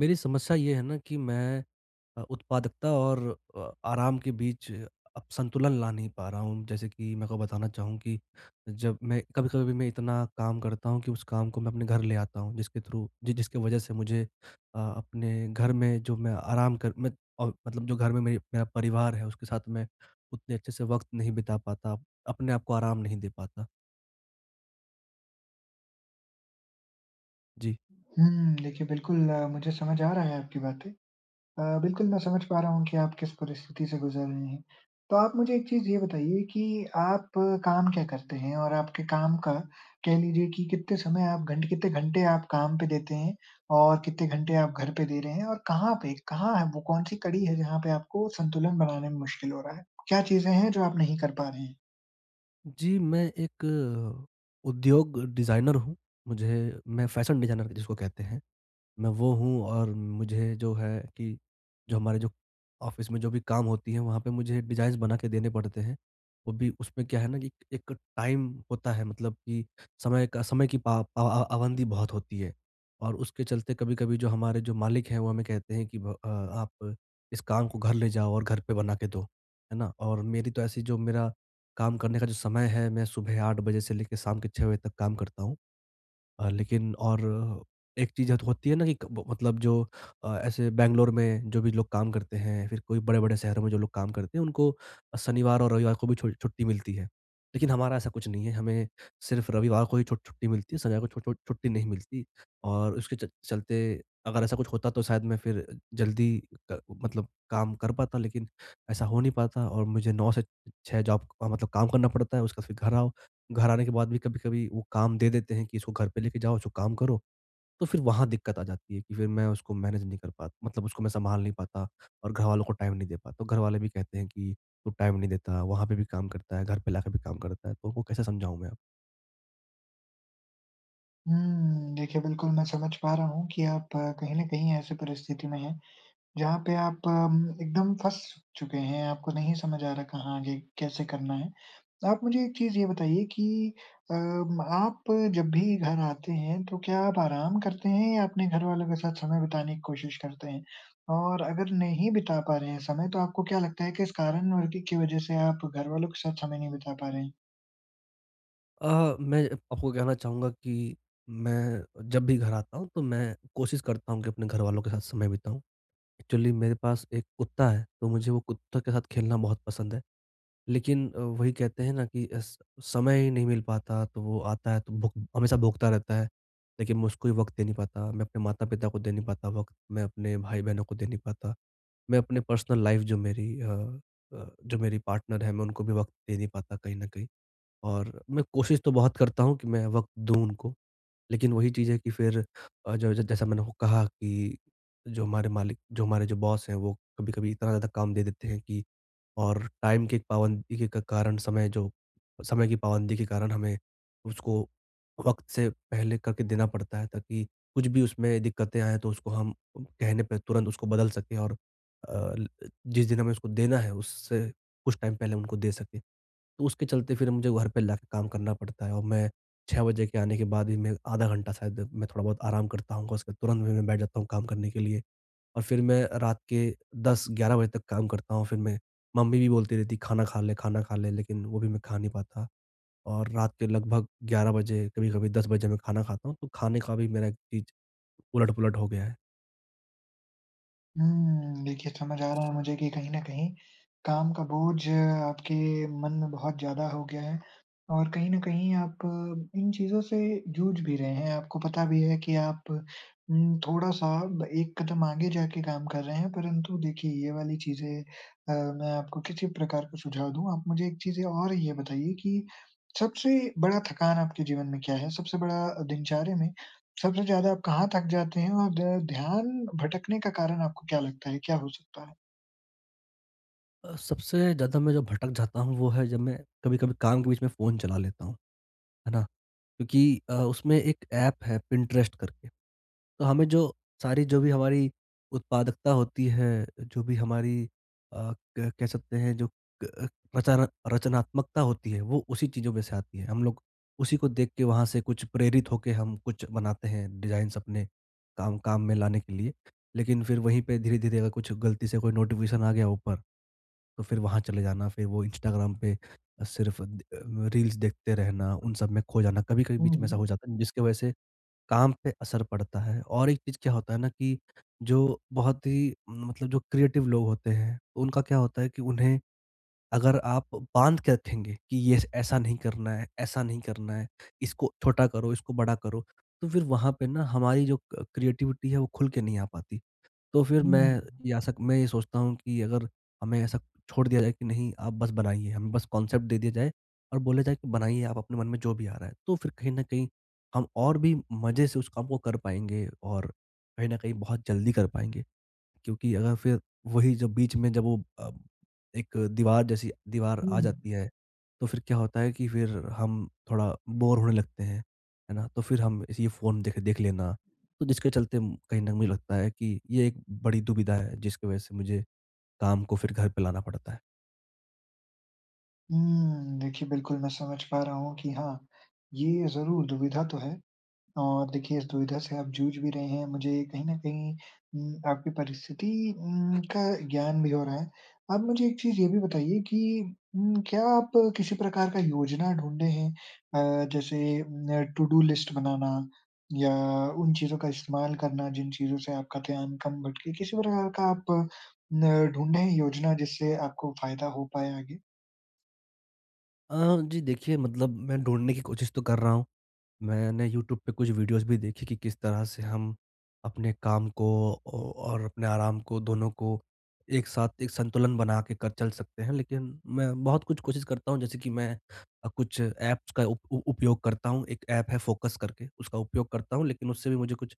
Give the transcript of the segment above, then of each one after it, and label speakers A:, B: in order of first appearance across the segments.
A: मेरी समस्या ये है ना कि मैं उत्पादकता और आराम के बीच अब संतुलन ला नहीं पा रहा हूँ। जैसे कि मैं आपको बताना चाहूँ कि जब मैं कभी-कभी मैं इतना काम करता हूँ कि उस काम को मैं अपने घर ले आता हूँ, जिसके थ्रू जि जिसकी वज़ह से मुझे अपने घर में जो मैं आराम कर मैं और मतलब जो घर में मेरी मेरा परिवार है उसके साथ मैं उतने अच्छे से वक़्त नहीं बिता पाता, अपने आप को आराम नहीं दे पाता। जी।
B: हुँ, देखिए बिल्कुल मुझे समझ आ रहा है आपकी बातें। बिल्कुल मैं समझ पा रहा हूँ कि आप किस परिस्थिति से गुज़र रहे हैं। तो आप मुझे एक चीज़ ये बताइए कि आप काम क्या करते हैं? और आपके काम का कह लीजिए कि कितने घंटे आप काम पे देते हैं? और कितने घंटे आप घर पे दे रहे हैं? और कहाँ है वो कौन-सी कड़ी है जहाँ पे आपको संतुलन बनाने में मुश्किल हो रहा है? क्या चीज़ें हैं जो आप नहीं कर पा रहे हैं?
A: जी, मैं एक उद्योग डिज़ाइनर हूँ। मुझे मैं फ़ैशन डिज़ाइनर जिसको कहते हैं। मैं वो हूँ, और मुझे जो है कि जो हमारे जो ऑफ़िस में जो भी काम होती हैं, वहाँ पे मुझे डिज़ाइन्स बना के देने पड़ते हैं। वो भी उसमें क्या है ना कि एक टाइम होता है, मतलब कि समय का समय की पा अ अ पाबंदी बहुत होती है। और उसके चलते कभी-कभी जो हमारे जो मालिक हैं, वो हमें कहते हैं कि आप इस काम को घर ले जाओ और घर पे बना के दो। है ना? और मेरी तो ऐसी जो मेरा काम करने का जो समय है, मैं सुबह 8 बजे से लेके शाम के 6 बजे तक काम करता हूँ। लेकिन और एक चीज़ हत होती है ना कि क ब मतलब जो अ, ऐसे बैंगलोर में जो भी लोग काम करते हैं, फिर कोई बड़े-बड़े शहरों में जो लोग काम करते हैं, उनको शनिवार और रविवार को भी छु छुट्टी मिलती है। लेकिन हमारा ऐसा कुछ नहीं है, हमें सिर्फ़ रविवार को ही छु छुट्टी मिलती है, शनिवार को छु छु छुट्टी नहीं मिलती। और उसके च चलते अगर ऐसा कुछ होता तो शायद मैं फिर जल्दी क मतलब काम कर पाता, लेकिन ऐसा हो नहीं पाता, और मुझे 9 से 6 जॉब मतलब काम करना पड़ता है, उसके बाद फिर घर आओ। घर आने के बाद भी कभी-कभी वो काम दे देते हैं कि इसको घर पे लेके जाओ, इसको काम करो, तो फिर वहाँ दिक्कत आ जाती है कि फिर मैं उसको मैनेज नहीं कर पाता, मतलब उसको मैं सँभाल नहीं पाता और घरवालों को टाइम नहीं दे पाता। तो घरवाले भी कहते हैं कि तू टाइम नहीं देता, वहाँ पे भी काम करता है, घर पे लाके भी काम करता है, तो उनको कैसे समझाऊँ मैं अब?
B: हुँ, देखिए बिल्कुल मैं समझ पा रहा हूँ कि आप कहीं न कहीं ऐसी परिस्थिति में हैं जहाँ पे आप एकदम फँस चुके हैं, आपको नहीं समझ आ रहा कहाँ आगे कैसे करना है। आप मुझे एक चीज़ ये बताइए कि आप जब भी घर आते हैं तो क्या आप आराम करते हैं या अपने घरवालों के साथ समय बिताने की कोशिश करते हैं? और अगर नहीं बिता पा रहे हैं समय तो आपको क्या लगता है कि इस कारण की वजह से आप घरवालों के साथ समय नहीं बिता पा रहे हैं?
A: मैं आपको कहना चाहूँगा कि मैं जब भी घर आता हूँ, तो मैं कोशिश करता हूँ कि अपने घरवालों के साथ समय बिताऊँ। एक्चुअली मेरे पास एक कुत्ता है, तो मुझे वो कुत्ता के साथ खेलना बहुत पसंद है। लेकिन वही कहते हैं ना कि अस समय ही नहीं मिल पाता, तो वो आता है तो भुक हमेशा भोंकता रहता है। लेकिन मैं उसको ही वक़्त दे नहीं पाता, मैं अपने माता-पिता को दे नहीं पाता वक़्त, मैं अपने भाई-बहनों को दे नहीं पाता। मैं अपने पर्सनल लाइफ़ जो मेरी पार्टनर है, मैं उनको भी वक़्त दे नहीं पाता कहीं न कहीं। और मैं कोशिश तो बहुत करता हूँ कि मैं वक़्त दूँ उनको। लेकिन वही चीज़ है कि फिर जो ज जैसा मैंने आपको कहा कि जो हमारे मालिक जो हमारे जो बॉस हैं, वो कभी-कभी इतना ज़्यादा काम दे देते हैं कि, और टाइम की एक पाबंदी के क कारण, समय की पाबंदी के कारण हमें उसको वक़्त से पहले करके देना पड़ता है ताकि कुछ भी उसमें दिक्कतें आएँ तो उसको हम कहने पे तुरंत उसको बदल सकें, और अ, ल जिस दिन हमें उसको देना है उससे कुछ टाइम पहले उनको दे सकें। तो उसके चलते फिर मुझे घर पे लाके काम करना पड़ता है, और मैं 6 बजे के आने के बाद भी मैं आधा घंटा शायद मैं थोड़ा बहुत आराम करता हूँ, उसके तुरंत में मैं बैठ जाता हूँ काम करने के लिए और फिर मैं रात के 10-11 बजे तक काम करता हूँ। फिर मैं मम्मी भी बोलती रहती, "खाना खा ले, खाना खा ले।" लेकिन वो भी मैं खा नहीं पाता, और रात के लगभग 11 बजे, कभी-कभी 10 बजे मैं खाना खाता हूँ, तो खाने का भी मेरा एक चीज़ उलट-पुलट हो गया है।
B: हुँ, देखिए समझ आ रहा है मुझे कि कहीं न कहीं काम का बोझ आपके मन में बहुत ज़्यादा हो गया है और कहीं न कहीं आप इन चीज़ों से जूझ भी रहे हैं। आपको पता भी है कि आप थोड़ा-सा ब एक कदम आगे जाके काम कर रहे हैं, परंतु देखिए ये वाली चीज़ें मैं आपको किसी प्रकार का सुझाव दूँ। आप मुझे एक चीज़ और ये बताइए कि सबसे बड़ा थकान आपके जीवन में क्या है? सबसे बड़ा दिनचर्या में सबसे ज़्यादा आप कहाँ थक जाते हैं और द ध्यान भटकने का कारण आपको क्या लगता है, क्या हो सकता है?
A: सबसे ज़्यादा मैं जो भटक जाता हूँ, वो है जब मैं कभी-कभी काम के बीच में फ़ोन चला लेता हूँ, है ना? क्योंकि उसमें एक ऐप है पिंटरेस्ट करके, तो हमें जो भी हमारी उत्पादकता होती है, जो भी हमारी अ, क कह सकते हैं जो क रचना रचनात्मकता होती है, वो उसी चीज़ों में से आती है। हम लोग उसी को देख के वहाँ से कुछ प्रेरित होके हम कुछ बनाते हैं, डिज़ाइन्स अपने काम काम में लाने के लिए। लेकिन फिर वहीं पे धीरे-धीरे अगर कुछ गलती से कोई नोटिफ़िकेशन आ गया ऊपर, तो फिर वहाँ चले जाना, फिर वो इंस्टाग्राम पे सिर्फ़ रील्स देखते रहना, उन सब में खो जाना। कभी-कभी
B: हुँ,
A: बीच में ऐसा
B: हुँ।
A: हो जाता है जिसकी वजह से काम पे असर पड़ता है, और एक चीज़ क्या होता है ना कि जो बहुत ही मतलब जो क्रिएटिव लोग होते हैं, तो उनका क्या होता है कि उन्हें अगर आप बाँध के रखेंगे कि ये ऐसा नहीं करना है, ऐसा नहीं करना है, इसको छोटा करो, इसको बड़ा करो, तो फिर वहाँ पे ना हमारी जो क क्रिएटिविटी है वो खुल के नहीं आ पाती। तो फिर
B: हुँ,
A: मैं या सक मैं ये सोचता हूँ कि अगर हमें ऐसा छोड़ दिया जाए कि नहीं आप बस बनाइए, हमें बस कॉन्सेप्ट दे दिया जाए और बोला जाए कि बनाइए आप अपने मन में जो भी आ रहा है। तो फिर कहीं न कहीं हम और भी मज़े से उस काम को कर पाएँगे, और कहीं न कहीं बहुत जल्दी कर पाएँगे। क्योंकि अगर फिर वही जब बीच में जब वो एक दीवार जैसी दीवार
B: हुँ।
A: आ जाती है, तो फिर क्या होता है कि फिर हम थोड़ा बोर होने लगते हैं, है ना? तो फिर हम इस ये फ़ोन देख देख लेना, तो जिसके चलते म कहीं न मुझे लगता है कि ये एक बड़ी दुविधा है, जिसकी वजह से मुझे काम को फिर घर पे लाना पड़ता है।
B: हुँ, देखिए बिल्कुल मैं समझ पा रहा हूँ कि हाँ, ये ज़रूर दुविधा तो है। और देखिए, इस दुविधा से आप जूझ भी रहे हैं, मुझे कहीं न कहीं आपकी परिस्थिति का ज्ञान भी हो रहा है। आप मुझे एक चीज़ ये भी बताइए कि क्या आप किसी प्रकार का योजना ढूँढे हैं? जैसे न टू डू लिस्ट बनाना या उन चीज़ों का इस्तेमाल करना, जिन चीज़ों से आपका ध्यान कम भटके, किसी प्रकार का आप न ढूँढे हैं योजना जिससे आपको फ़ायदा हो पाए आगे?
A: अ, जी देखिए, मतलब मैं ढूँढने की कोशिश तो कर रहा हूँ। मैंने यूट्यूब पे कुछ वीडियोस भी देखी कि किस तरह से हम अपने काम को और अपने आराम को, दोनों को एक साथ एक संतुलन बना के कर चल सकते हैं, लेकिन मैं बहुत कुछ कोशिश करता हूँ, जैसे कि मैं कुछ ऐप्स का उप, उप- उपयोग करता हूँ, एक ऐप है फोकस करके उसका उपयोग करता हूँ, लेकिन उससे भी मुझे कुछ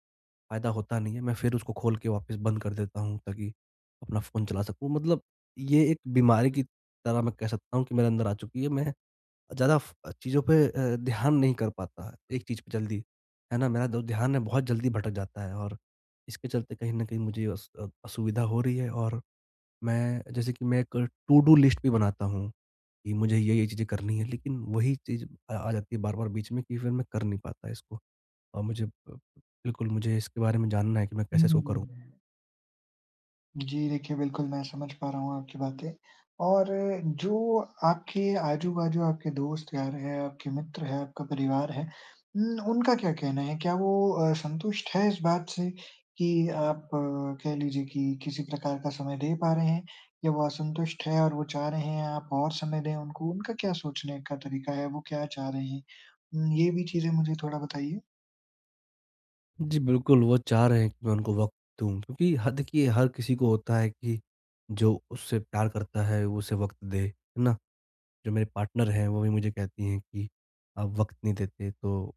A: फायदा होता नहीं है, मैं फिर उसको खोल के वापस बंद कर देता हूँ ताकि अपना फ़ोन चला सकूँ। मतलब ये एक बीमारी की तरह मैं कह सकता हूँ कि मेरे अंदर आ चुकी है। मैं ज़्यादा फ चीज़ों पे ध्यान नहीं कर पाता, है, एक चीज़ पे जल्दी, है ना? मेरा जो ध्यान है बहुत जल्दी भटक जाता है, और इसके चलते कहीं न कहीं मुझे असुविधा हो रही है, और मैं, जैसे कि मैं एक टू डू लिस्ट भी बनाता हूँ, कि मुझे ये-ये चीज़ें करनी है, लेकिन वही चीज़ आ जाती है बार-बार बीच में कि फिर मैं कर नहीं पाता इसको, और मुझे बिल्कुल मुझे इसके बारे में जानना है कि मैं कैसे इसको
B: हम्म।
A: करूँ?
B: जी, देखिए बिल्कुल मैं समझ पा रहा हूँ आपकी बातें। और जो आपके आजू-बाजू आपके दोस्त यार हैं, आपके मित्र हैं, आपका परिवार है, उन उनका क्या कहना है? क्या वो संतुष्ट है इस बात से कि आप कह लीजिए कि किसी प्रकार का समय दे पा रहे हैं या वो असंतुष्ट है और वो चाह रहे हैं आप और समय दें उनको? उनका क्या सोचने का तरीका है? वो क्या चाह रहे हैं? ये भी चीज़ें मुझे थोड़ा बताइए।
A: जी, बिल्कुल, वो चाह रहे हैं कि मैं उनको वक़्त दूँ, क्योंकि ह देखिए हर किसी को होता है कि जो उससे प्यार करता है, वो उसे वक़्त दे, है ना? जो मेरे पार्टनर हैं, वो भी मुझे कहती हैं कि आप वक़्त नहीं देते, तो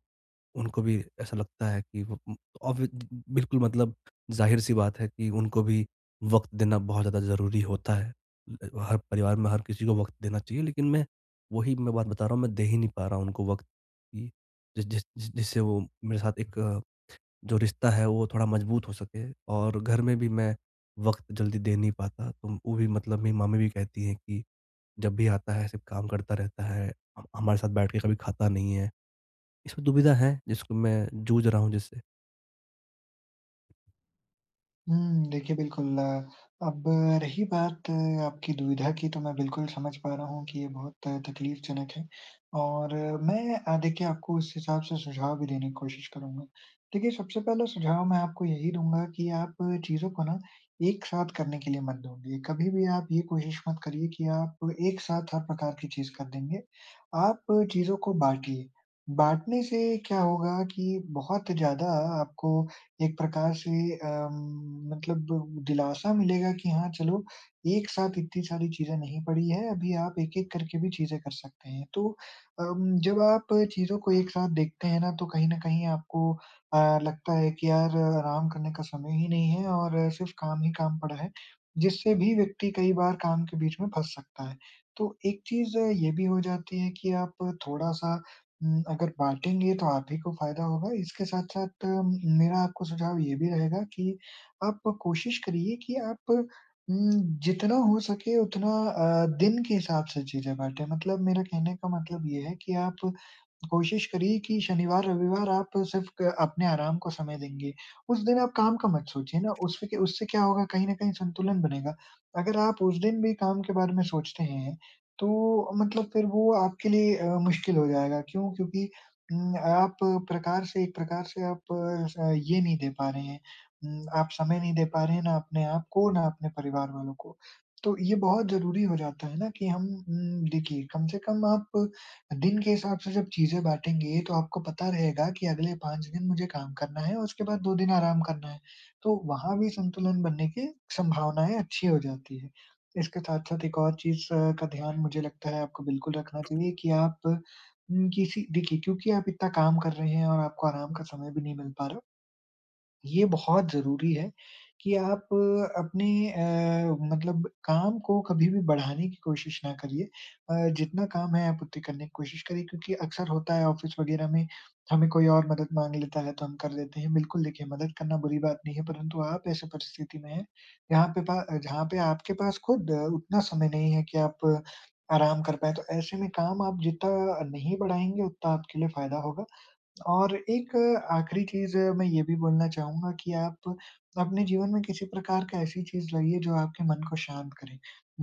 A: उनको भी ऐसा लगता है कि वो उम, ऑबि बिल्कुल, मतलब ज़ाहिर-सी बात है कि उनको भी वक़्त देना बहुत ज़्यादा ज़रूरी होता है। ल हर परिवार में हर किसी को वक़्त देना चाहिए, लेकिन मैं, वही मैं बात बता रहा हूँ, मैं दे ही नहीं पा रहा हूँ उनको वक़्त, कि जिस जिस जिस- जिससे वो मेरे साथ एक जो रिश्ता है वो थोड़ा मजबूत हो सके, और घर में भी मैं वक़्त जल्दी दे नहीं पाता, तो वो भी मतलब मेरी मम्मी भी कहती हैं कि जब भी आता है सिर्फ़ काम करता रहता है, ह हमारे साथ बैठ के कभी खाता नहीं है। इसमें दुविधा है जिसको मैं जूझ रहा हूँ जिससे।
B: हुँ, देखिए बिल्कुल अब रही बात आपकी दुविधा की तो मैं बिल्कुल समझ पा रहा हूँ कि ये बहुत तकलीफ़जनक है और मैं देखिए आपको उस हिसाब से सुझाव भी देने की कोशिश करूँगा। देखिए सबसे पहला सुझाव मैं आपको यही दूँगा कि आप चीज़ों को ना एक साथ करने के लिए मत ढूँढिए। कभी भी आप ये कोशिश मत करिए कि आप एक साथ हर प्रकार की चीज़ कर देंगे। आप चीज़ों को बाँटिए। बाँटने से क्या होगा कि बहुत ज़्यादा आपको एक प्रकार से अम, मतलब दिलासा मिलेगा कि हाँ, चलो एक साथ इतनी सारी चीज़ें नहीं पड़ी है, अभी आप एक-एक करके भी चीज़ें कर सकते हैं। तो जब आप चीज़ों को एक साथ देखते हैं ना, तो कहीं न कहीं आपको लगता है कि यार आराम करने का समय ही नहीं है और सिर्फ़ काम ही काम पड़ा है, जिससे भी व्यक्ति कई बार काम के बीच में फँस सकता है। तो एक चीज़ ये भी हो जाती है कि आप थोड़ा-सा अगर बाँटेंगे तो आप ही को फ़ायदा होगा, इसके साथ-साथ मेरा आपको सुझाव ये भी रहेगा कि आप कोशिश करिए कि आप जितना हो सके उतना दिन के हिसाब से चीज़ें बाँटें। मतलब मेरा कहने का मतलब ये है कि आप कोशिश करिए कि शनिवार, रविवार आप सिर्फ़ क अपने आराम को समय देंगे। उस दिन आप काम का मत सोचिए ना, उससे उससे क्या होगा कहीं न कहीं संतुलन बनेगा। अगर आप उस दिन भी काम के बारे में सोचते हैं तो मतलब फिर वो आपके लिए मुश्किल हो जाएगा। क्यों? क्योंकि आप प्रकार से एक प्रकार से आप ये नहीं दे पा रहे हैं आप समय नहीं दे पा रहे हैं, ना अपने आप को, ना अपने परिवार वालों को। तो ये बहुत ज़रूरी हो जाता है ना कि हम देखिए कम से कम आप दिन के हिसाब से जब चीज़ें बाँटेंगे, तो आपको पता रहेगा कि अगले 5 दिन मुझे काम करना है और उसके बाद 2 दिन आराम करना है। तो वहाँ भी संतुलन बनने की संभावनाएँ अच्छी हो जाती है। इसके साथ-साथ एक और चीज़ का ध्यान मुझे लगता है आपको बिल्कुल रखना चाहिए कि आप उम, किसी देखिए क्योंकि आप इतना काम कर रहे हैं और आपको आराम का समय भी नहीं मिल पा रहा, ये बहुत ज़रूरी है कि आप अपने काम को कभी भी बढ़ाने की कोशिश ना करिए। जितना काम है आप उतनी करने की कोशिश करिए क्योंकि अक्सर होता है ऑफ़िस वग़ैरह में हमें कोई और मदद माँग लेता है तो हम कर देते हैं। बिल्कुल देखिए मदद करना बुरी बात नहीं है परंतु आप ऐसे परिस्थिति में हैं जहाँ पे आपके पास खुद उतना समय नहीं है कि आप आराम कर पाएँ। तो ऐसे में काम आप जितना नहीं बढ़ाएँगे उतना आपके लिए फ़ायदा होगा। और एक आखिरी चीज़ मैं ये भी बोलना चाहूँगा कि आप अपने जीवन में किसी प्रकार का ऐसी चीज़ लाइए जो आपके मन को शांत करे।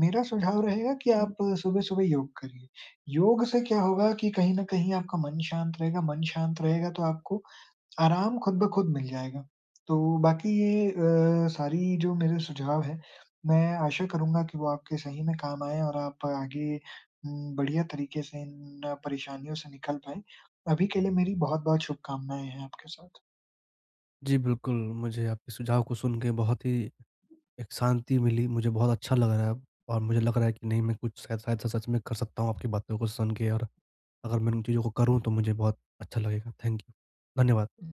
B: मेरा सुझाव रहेगा कि हुँ। आप सुबह-सुबह योग करिए। योग से क्या होगा कि कहीं न कहीं आपका मन शांत रहेगा तो आपको आराम खुद ब खुद मिल जाएगा। तो बाकी ये सारी जो मेरे सुझाव हैं, मैं आशा करूँगा कि वो आपके सही में काम आएँ और आप आगे बढ़िया तरीके से इन परेशानियों से निकल पाएँ। अभी के लिए मेरी बहुत-बहुत शुभकामनाएँ हैं आपके साथ।
A: जी, बिल्कुल, मुझे आपके सुझाव को सुन के बहुत ही एक शांति मिली, मुझे बहुत अच्छा लग रहा है अब, और मुझे लग रहा है कि नहीं मैं कुछ शायद शायद सच में कर सकता हूँ आपकी बातों को सुन के, और अगर मैं उन चीज़ों को करूँ तो मुझे बहुत अच्छा लगेगा। थैंक यू, धन्यवाद।